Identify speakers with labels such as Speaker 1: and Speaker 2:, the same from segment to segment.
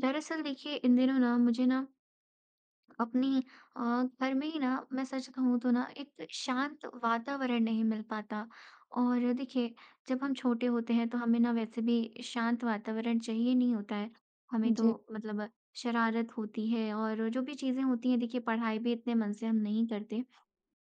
Speaker 1: दरअसल देखिए इन दिनों ना मुझे ना अपनी अ, घर में ही ना मैं सच कहूँ तो ना एक शांत वातावरण नहीं मिल पाता। और देखिए जब हम छोटे होते हैं तो हमें ना वैसे भी शांत वातावरण चाहिए नहीं होता है, हमें तो
Speaker 2: जी,
Speaker 1: मतलब शरारत होती है और जो भी चीज़ें होती हैं देखिए पढ़ाई भी इतने मन से हम नहीं करते।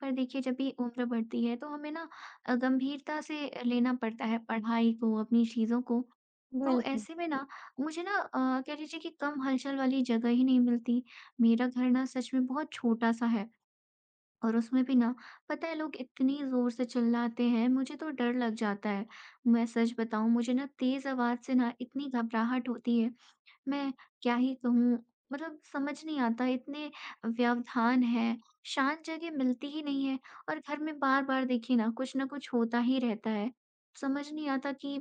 Speaker 1: पर देखिए जब भी उम्र बढ़ती है तो हमें ना गंभीरता से लेना पड़ता है पढ़ाई को अपनी चीज़ों को। तो
Speaker 2: बिल्कुल।
Speaker 1: ऐसे में ना मुझे ना कह लीजिए कि कम हलचल वाली जगह ही नहीं मिलती। मेरा घर ना सच में बहुत छोटा-सा है और उसमें भी ना पता है लोग इतनी ज़ोर से चिल्लाते हैं, मुझे तो डर लग जाता है। मैं सच बताऊँ मुझे ना तेज़ आवाज़ से ना इतनी घबराहट होती है। मैं क्या ही कहूँ? मतलब समझ नहीं आता, इतने व्यवधान हैं, शांत जगह मिलती ही नहीं है और घर में बार-बार देखिए ना कुछ न कुछ होता ही रहता है। समझ नहीं आता कि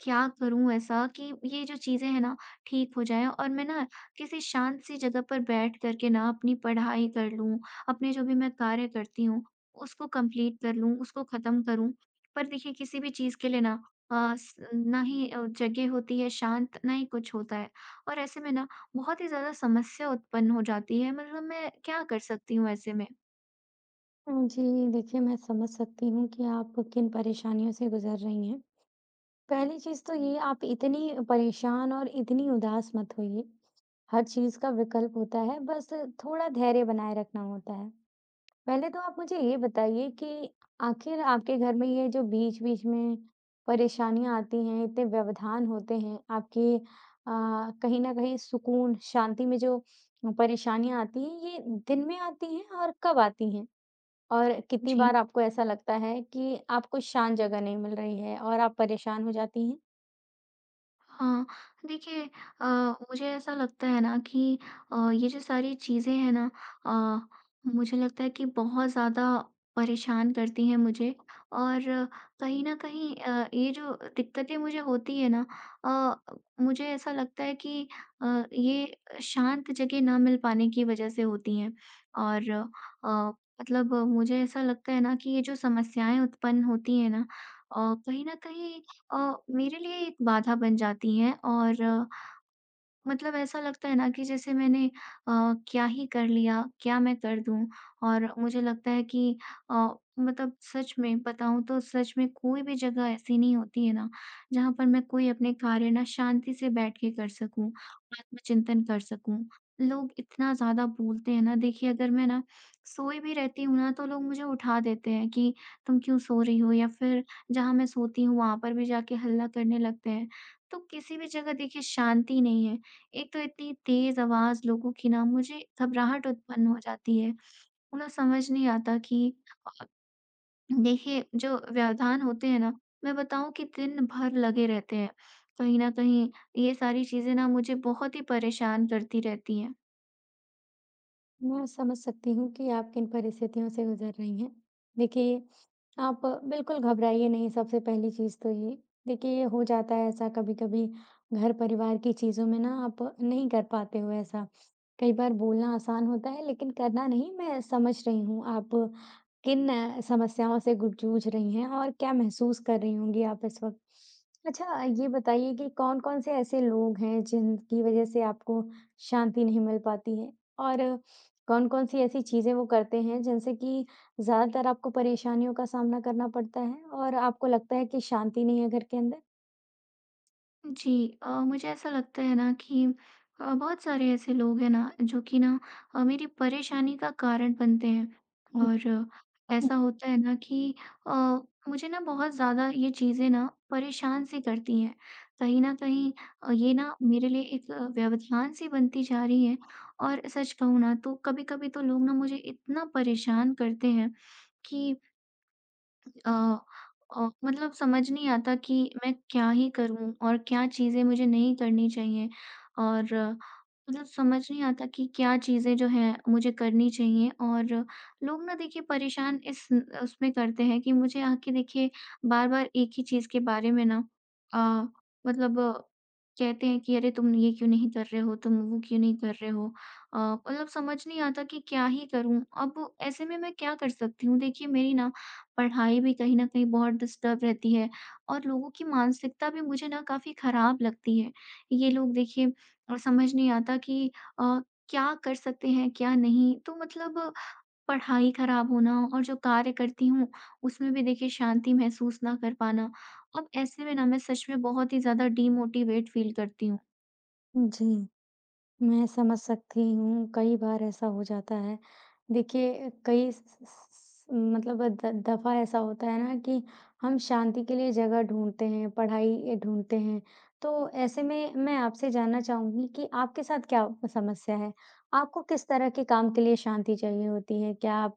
Speaker 1: क्या करूँ ऐसा कि ये जो चीज़ें हैं ना ठीक हो जाएँ और मैं ना किसी शांत सी जगह पर बैठ कर के ना अपनी पढ़ाई कर लूँ, अपने जो भी मैं कार्य करती हूँ उसको कंप्लीट कर लूँ, उसको ख़त्म करूँ। पर देखिए किसी भी चीज़ के लिए ना अ, स ना ही जगह होती है शांत, ना ही कुछ होता है। और ऐसे में ना बहुत ही ज़्यादा समस्या उत्पन्न हो जाती है। मतलब मैं क्या कर सकती हूँ ऐसे में?
Speaker 2: जी, देखिए मैं समझ सकती हूँ कि आप किन परेशानियों से गुज़र रही हैं। पहली चीज़ तो ये आप इतनी परेशान और इतनी उदास मत होइए। हर चीज़ का विकल्प होता है, बस थोड़ा धैर्य बनाए रखना होता है। पहले तो आप मुझे ये बताइए कि आखिर आपके घर में ये जो बीच-बीच में परेशानियाँ आती हैं, इतने व्यवधान होते हैं, आपकी अ, कहीं न कहीं सुकून, शांति में जो परेशानियाँ आती हैं, ये दिन में आती हैं और कब आती हैं? और कितनी
Speaker 1: जी।
Speaker 2: बार आपको ऐसा लगता है कि आपको शांत जगह नहीं मिल रही है और आप परेशान हो जाती हैं?
Speaker 1: हाँ, देखिए अ, मुझे ऐसा लगता है ना कि ये जो सारी चीज़ें हैं ना मुझे लगता है कि बहुत ज़्यादा परेशान करती हैं मुझे। और कहीं न कहीं ये जो दिक्कतें मुझे होती है ना मुझे ऐसा लगता है कि अ, ये शांत जगह ना मिल पाने की वज़ह से होती हैं। और अ, मतलब मुझे ऐसा लगता है ना कि ये जो समस्याएँ उत्पन्न होती हैं ना अ, कहीं न कहीं अ, मेरे लिए एक बाधा बन जाती हैं, और मतलब ऐसा लगता है ना कि जैसे मैंने क्या ही कर लिया, क्या मैं कर दूँ? और मुझे लगता है कि अ, मतलब सच में बताऊँ तो सच में कोई भी जगह ऐसी नहीं होती है ना, जहाँ पर मैं कोई अपने कार्य ना शांति से बैठ के कर सकूँ, आत्मचिंतन कर सकूँ। लोग इतना ज़्यादा बोलते हैं ना, देखिए अगर मैं ना सोई भी रहती हूँ ना, तो लोग मुझे उठा देते हैं कि तुम क्यों सो रही हो? या फिर जहाँ मैं सोती हूँ, वहाँ पर भी जाके हल्ला करने लगते हैं। तो किसी भी जगह देखिए शांति नहीं है। एक तो इतनी तेज आवाज़ लोगों की ना मुझे घबराहट उत्पन्न हो जाती है। उन्हें समझ नहीं आता कि अ, देखिए जो व्यवधान होते हैं ना, मैं बताऊँ कि दिन भर लगे रहते हैं। कहीं न कहीं ये सारी चीज़ें ना मुझे बहुत ही परेशान करती रहती हैं।
Speaker 2: मैं समझ सकती हूँ कि आप किन परिस्थितियों से गुजर रही हैं। देखिए, आप बिल्कुल घबराइए नहीं सबसे पहली चीज़ तो ये। देखिए ये हो जाता है ऐसा कभी-कभी घर परिवार की चीज़ों में ना आप नहीं कर पाते हो ऐसा। कई बार बोलना आसान होता है लेकिन करना नहीं मैं समझ रही हूँ आप किन समस्याओं से गु जूझ रही हैं और क्या महसूस कर रही होंगी आप इस वक़्त। अच्छा ये बताइए कि कौन-कौन से ऐसे लोग हैं जिनकी वज़ह से आपको शांति नहीं मिल पाती है? और कौन-कौन सी ऐसी चीज़ें वो करते हैं जिनसे कि ज़्यादातर आपको परेशानियों का सामना करना पड़ता है और आपको लगता है कि शांति नहीं है घर के अंदर?
Speaker 1: जी मुझे ऐसा लगता है ना कि बहुत सारे ऐसे लोग हैं ना जो कि ना मेरी परेशानी का कारण बनते हैं। और
Speaker 2: हुँ,
Speaker 1: ऐसा होता है ना कि अ, मुझे ना बहुत ज़्यादा ये चीज़ें ना परेशान सी करती हैं, कहीं ना कहीं ये ना मेरे लिए एक व्यवधान सी बनती जा रही है। और सच कहूँ ना तो कभी कभी तो लोग ना मुझे इतना परेशान करते हैं कि अ मतलब समझ नहीं आता कि मैं क्या ही करूँ और क्या चीज़ें मुझे नहीं करनी चाहिए। और मतलब समझ नहीं आता कि क्या चीज़ें जो हैं मुझे करनी चाहिए। और लोग ना देखिए परेशान इस उसमें करते हैं कि मुझे आके देखिए बार-बार एक ही चीज़ के बारे में ना अ, मतलब कहते हैं कि अरे तुम ये क्यों नहीं कर रहे हो, तुम वो क्यों नहीं कर रहे हो। मतलब समझ नहीं आता कि क्या ही करूँ? अब ऐसे में मैं क्या कर सकती हूँ? देखिए मेरी ना पढ़ाई भी कहीं न कहीं बहुत डिस्टर्ब रहती है और लोगों की मानसिकता भी मुझे ना काफ़ी खराब लगती है। ये लोग देखिए समझ नहीं आता कि अ, क्या कर सकते हैं, क्या नहीं। तो मतलब पढ़ाई खराब होना और जो कार्य करती हूँ, उसमें भी देखिए शांति महसूस ना कर पाना। अब ऐसे में ना मैं सच में बहुत ही ज़्यादा डीमोटिवेट फ़ील करती हूँ।
Speaker 2: हुँ। जी। मैं समझ सकती हूँ, कई बार ऐसा हो जाता है। देखिए कई स स स मतलब द दफ़ा ऐसा होता है ना कि हम शांति के लिए जगह ढूँढते हैं, पढ़ाई ढूँढते हैं। तो ऐसे में मैं आपसे जानना चाहूँगी कि आपके साथ क्या समस्या है? आपको किस तरह के काम के लिए शांति चाहिए होती है? क्या आप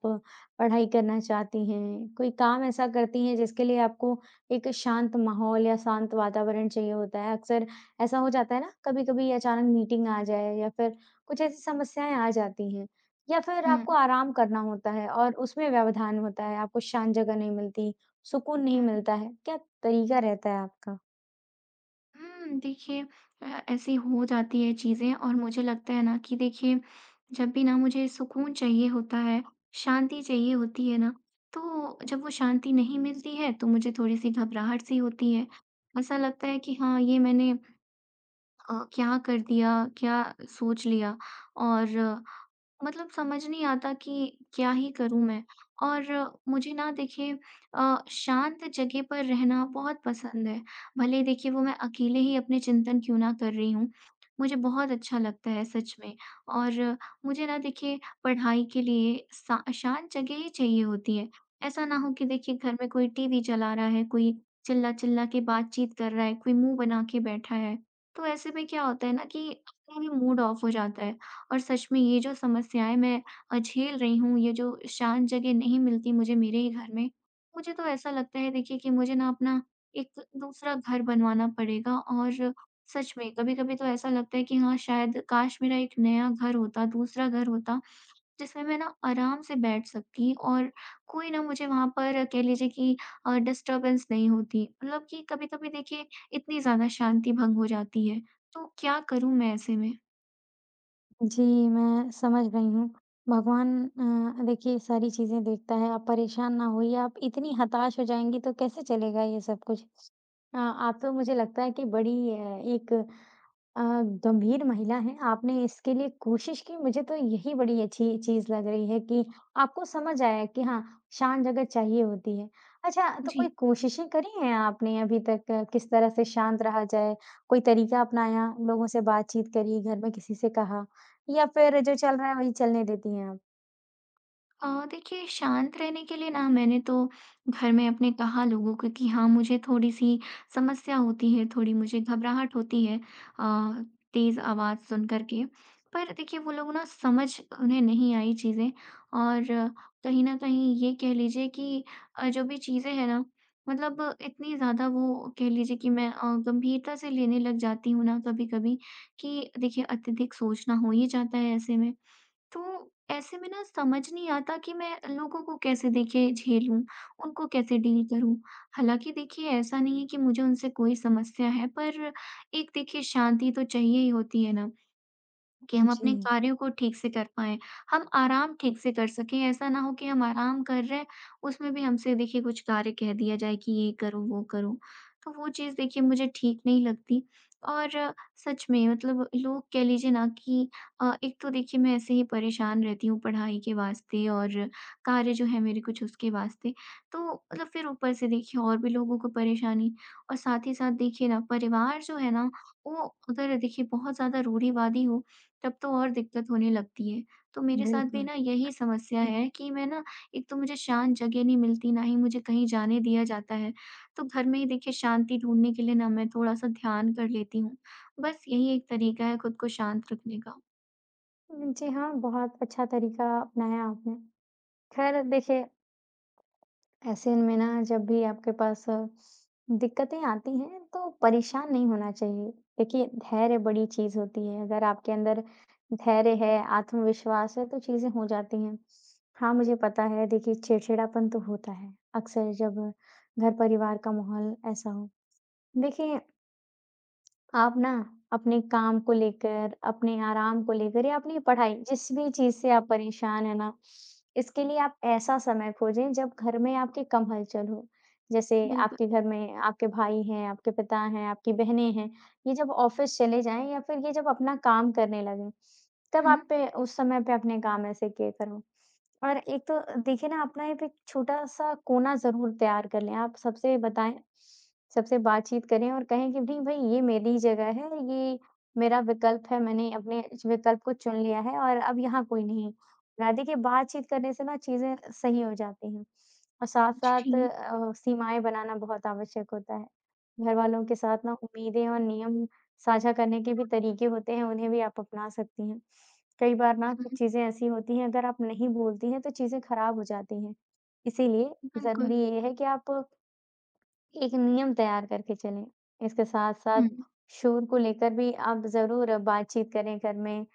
Speaker 2: पढ़ाई करना चाहती हैं? कोई काम ऐसा करती हैं जिसके लिए आपको एक शांत माहौल या शांत वातावरण चाहिए होता है? अक्सर ऐसा हो जाता है ना कभी-कभी अचानक मीटिंग आ जाए या फिर कुछ ऐसी समस्याएँ आ जाती हैं या फिर
Speaker 1: हुँ।
Speaker 2: आपको आराम करना होता है और उसमें व्यवधान होता है, आपको शांत जगह नहीं मिलती, सुकून नहीं मिलता है, क्या तरीका रहता है आपका?
Speaker 1: हुँ, देखिए अ, ऐसी हो जाती है चीज़ें और मुझे लगता है ना कि देखिए, जब भी ना मुझे सुकून चाहिए होता है, शांति चाहिए होती है ना, तो जब वो शांति नहीं मिलती है, तो मुझे थोड़ी-सी घबराहट-सी होती है। ऐसा लगता है कि हाँ, ये मैंने क्या कर दिया, क्या सोच लिया, और मतलब समझ नहीं आता कि क्या ही करूँ मैं? और मुझे ना देखिए शांत जगह पर रहना बहुत पसंद है। भले ही देखिए वो मैं अकेले ही अपने चिंतन क्यों ना कर रही हूँ, मुझे बहुत अच्छा लगता है सच में। और मुझे ना देखिए पढ़ाई के लिए सा शांत जगह ही चाहिए होती है। ऐसा ना हो कि देखिए घर में कोई टीवी चला रहा है, कोई चिल्ला-चिल्ला के बातचीत कर रहा है, कोई मुँह बना के बैठा है। तो ऐसे में क्या होता है ना कि अपना भी मूड ऑफ हो जाता है। और सच में ये जो समस्याएँ मैं झेल रही हूँ, ये जो शांत जगह नहीं मिलती मुझे मेरे ही घर में, मुझे तो ऐसा लगता है देखिए कि मुझे ना अपना एक दूसरा घर बनवाना पड़ेगा। और सच में कभी-कभी तो ऐसा लगता है कि हाँ, शायद काश मेरा एक नया घर होता, दूसरा घर होता, जिसमें मैं ना आराम से बैठ सकती और कोई ना मुझे वहाँ पर कह लीजिए कि डिस्टर्बेंस नहीं होती। मतलब कि कभी-कभी देखिए इतनी ज़्यादा शांति भंग हो जाती है, तो क्या करूँ मैं ऐसे में?
Speaker 2: जी, मैं समझ गई हूँ। भगवान देखिए सारी चीज़ें देखता है, आप परेशान ना होइए, आप इतनी हताश हो जाएँगी तो कैसे चलेगा ये सब कुछ। आप तो मुझे लगता है कि बड़ी एक अ, गंभीर महिला हैं, आपने इसके लिए कोशिश की, मुझे तो यही बड़ी अच्छी चीज़ लग रही है कि आपको समझ आया कि हाँ, शांत जगह चाहिए होती है। अच्छा, तो कोई
Speaker 1: जी।
Speaker 2: कोशिशें करी हैं आपने अभी तक किस तरह से शांत रहा जाए? कोई तरीका अपनाया, लोगों से बातचीत करी, घर में किसी से कहा या फिर जो चल रहा है वही चलने देती हैं आप?
Speaker 1: देखिए शांत रहने के लिए ना मैंने तो घर में अपने कहा लोगों को कि हाँ मुझे थोड़ी-सी समस्या होती है, थोड़ी मुझे घबराहट होती है अ, तेज़ आवाज़ सुन कर के। पर देखिए वो लोग ना समझ उन्हें नहीं आई चीज़ें। और कहीं न कहीं ये कह लीजिए कि जो भी चीज़ें हैं ना मतलब इतनी ज़्यादा वो कह लीजिए कि मैं गंभीरता से लेने लग जाती हूँ ना कभी-कभी कि देखिए अत्यधिक सोचना हो ही जाता है ऐसे में। तो ऐसे में ना समझ नहीं आता कि मैं लोगों को कैसे देखिए झेलूँ, उनको कैसे डील करूँ। हालाँकि देखिए ऐसा नहीं है कि मुझे उनसे कोई समस्या है, पर एक देखिए शांति तो चाहिए ही होती है ना। कि हम अपने
Speaker 2: जी,
Speaker 1: कार्यों को ठीक से कर पाएँ, हम आराम ठीक से कर सकें। ऐसा ना हो कि हम आराम कर रहे हैं, उसमें भी हमसे देखिए कुछ कार्य कह दिया जाए कि ये करो, वो करो। तो वो चीज़ देखिए मुझे ठीक नहीं लगती। और सच में मतलब लोग कह लीजिए ना कि एक तो देखिए मैं ऐसे ही परेशान रहती हूँ पढ़ाई के वास्ते और कार्य जो है मेरे कुछ उसके वास्ते। तो मतलब फिर ऊपर से देखिए और भी लोगों को परेशानी। और साथ ही साथ देखिए ना परिवार जो है ना, वो अगर देखिए बहुत ज़्यादा रूढ़िवादी हो तब तो और दिक्कत होने लगती है। तो मेरे साथ भी
Speaker 2: बिल्कुल।
Speaker 1: ना यही समस्या है कि मैं ना एक तो मुझे शांत जगह नहीं मिलती, ना ही मुझे कहीं जाने दिया जाता है। तो घर में ही देखिए शांति ढूँढने के लिए ना मैं थोड़ा-सा ध्यान कर लेती हूँ। बस यही एक तरीका है खुद को शांत रखने का।
Speaker 2: जी हाँ, बहुत अच्छा तरीका अपनाया आपने। ख़ैर देखिए ऐसे में ना जब भी आपके पास दिक्कतें आती हैं तो परेशान नहीं होना चाहिए। देखिए धैर्य बड़ी चीज़ होती है, अगर आपके अंदर धैर्य है, आत्मविश्वास है तो चीज़ें हो जाती हैं। हाँ, मुझे पता है देखिए चिड़चिड़ापन तो होता है, अक्सर जब घर परिवार का माहौल ऐसा हो। देखिए आप ना अपने काम को लेकर, अपने आराम को लेकर या अपनी पढ़ाई, जिस भी चीज़ से आप परेशान हैं ना, इसके लिए आप ऐसा समय खोजें जब घर में आपके कम हलचल हो। जैसे
Speaker 1: बिल्कुल।
Speaker 2: आपके घर में आपके भाई हैं, आपके पिता हैं, आपकी बहनें हैं, ये जब ऑफ़िस चले जाएँ या फिर ये जब अपना काम करने लगें, तब
Speaker 1: हुँ।
Speaker 2: आप पे उस समय पे अपने काम ऐसे किए करो। और एक तो देखिए ना अपना एक एक छोटा-सा कोना ज़रूर तैयार कर लें। आप सबसे बताएँ, सबसे बातचीत करें और कहें कि नहीं भई ये मेरी जगह है, ये मेरा विकल्प है, मैंने अपने इस विकल्प को चुन लिया है और अब यहाँ कोई नहीं है। ना देखिए बातचीत करने से ना चीज़ें सही हो जाती हैं और
Speaker 1: जी।
Speaker 2: साथ-साथ सीमाएँ बनाना बहुत आवश्यक होता है। घरवालों के साथ ना उम्मीदें और नियम साझा करने के भी तरीके होते हैं, उन्हें भी आप अपना सकती हैं। कई बार ना कुछ
Speaker 1: हुँ,
Speaker 2: चीज़ें ऐसी होती हैं, अगर आप नहीं बोलती हैं, तो चीज़ें खराब हो जाती हैं। इसीलिए
Speaker 1: बिल्कुल।
Speaker 2: ज़रूरी ये है कि आप एक नियम तैयार करके चलें। इसके साथ-साथ
Speaker 1: हुँ,
Speaker 2: शोर को लेकर भी आप ज़रूर बातचीत करें घर में।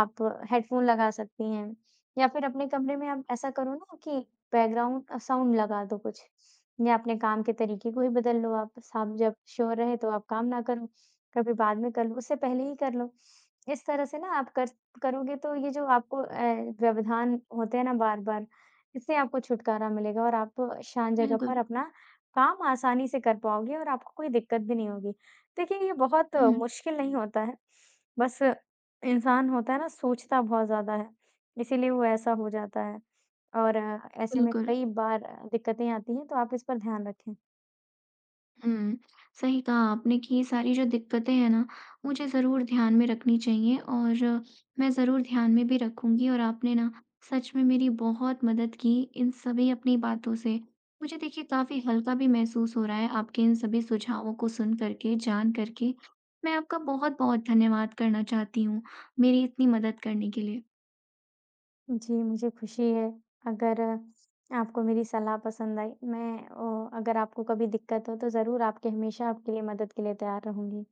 Speaker 2: आप हेडफ़ोन लगा सकती हैं या फिर अपने कमरे में आप ऐसा करो ना कि बैकग्राउंड साउंड लगा दो कुछ या अपने काम के तरीके को ही बदल लो आप। साब जब शोर रहे तो आप काम ना करो, कभी बाद में कर लो, उससे पहले ही कर लो। इस तरह से ना आप कर करोगे तो ये जो आपको व्यवधान होते हैं ना बार-बार, इससे आपको छुटकारा मिलेगा और आप शांत जगह पर
Speaker 1: बिल्कुल।
Speaker 2: अपना काम आसानी से कर पाओगे और आपको कोई दिक्कत भी नहीं होगी। देखिए, ये बहुत
Speaker 1: हुँ,
Speaker 2: मुश्किल नहीं होता है, बस इंसान होता है ना सोचता बहुत ज़्यादा है, इसीलिए वो ऐसा हो जाता है और ऐसे में
Speaker 1: बिल्कुल।
Speaker 2: कई बार दिक्कतें आती हैं, तो आप इस पर ध्यान रखें।
Speaker 1: हुँ, सही कहा आपने कि ये सारी जो दिक्कतें हैं ना, मुझे ज़रूर ध्यान में रखनी चाहिए और मैं ज़रूर ध्यान में भी रखूँगी और आपने ना सच में मेरी बहुत मदद की इन सभी अपनी बातों से। मुझे देखिए काफ़ी हल्का भी महसूस हो रहा है आपके इन सभी सुझावों को सुन कर के, जान कर के। मैं आपका बहुत-बहुत धन्यवाद करना चाहती हूँ, मेरी इतनी मदद करने के लिए।
Speaker 2: जी, मुझे खुशी है अगर आपको मेरी सलाह पसंद आई। मैं अगर आपको कभी दिक्कत हो तो ज़रूर आपके हमेशा आपके लिए मदद के लिए तैयार रहूँगी।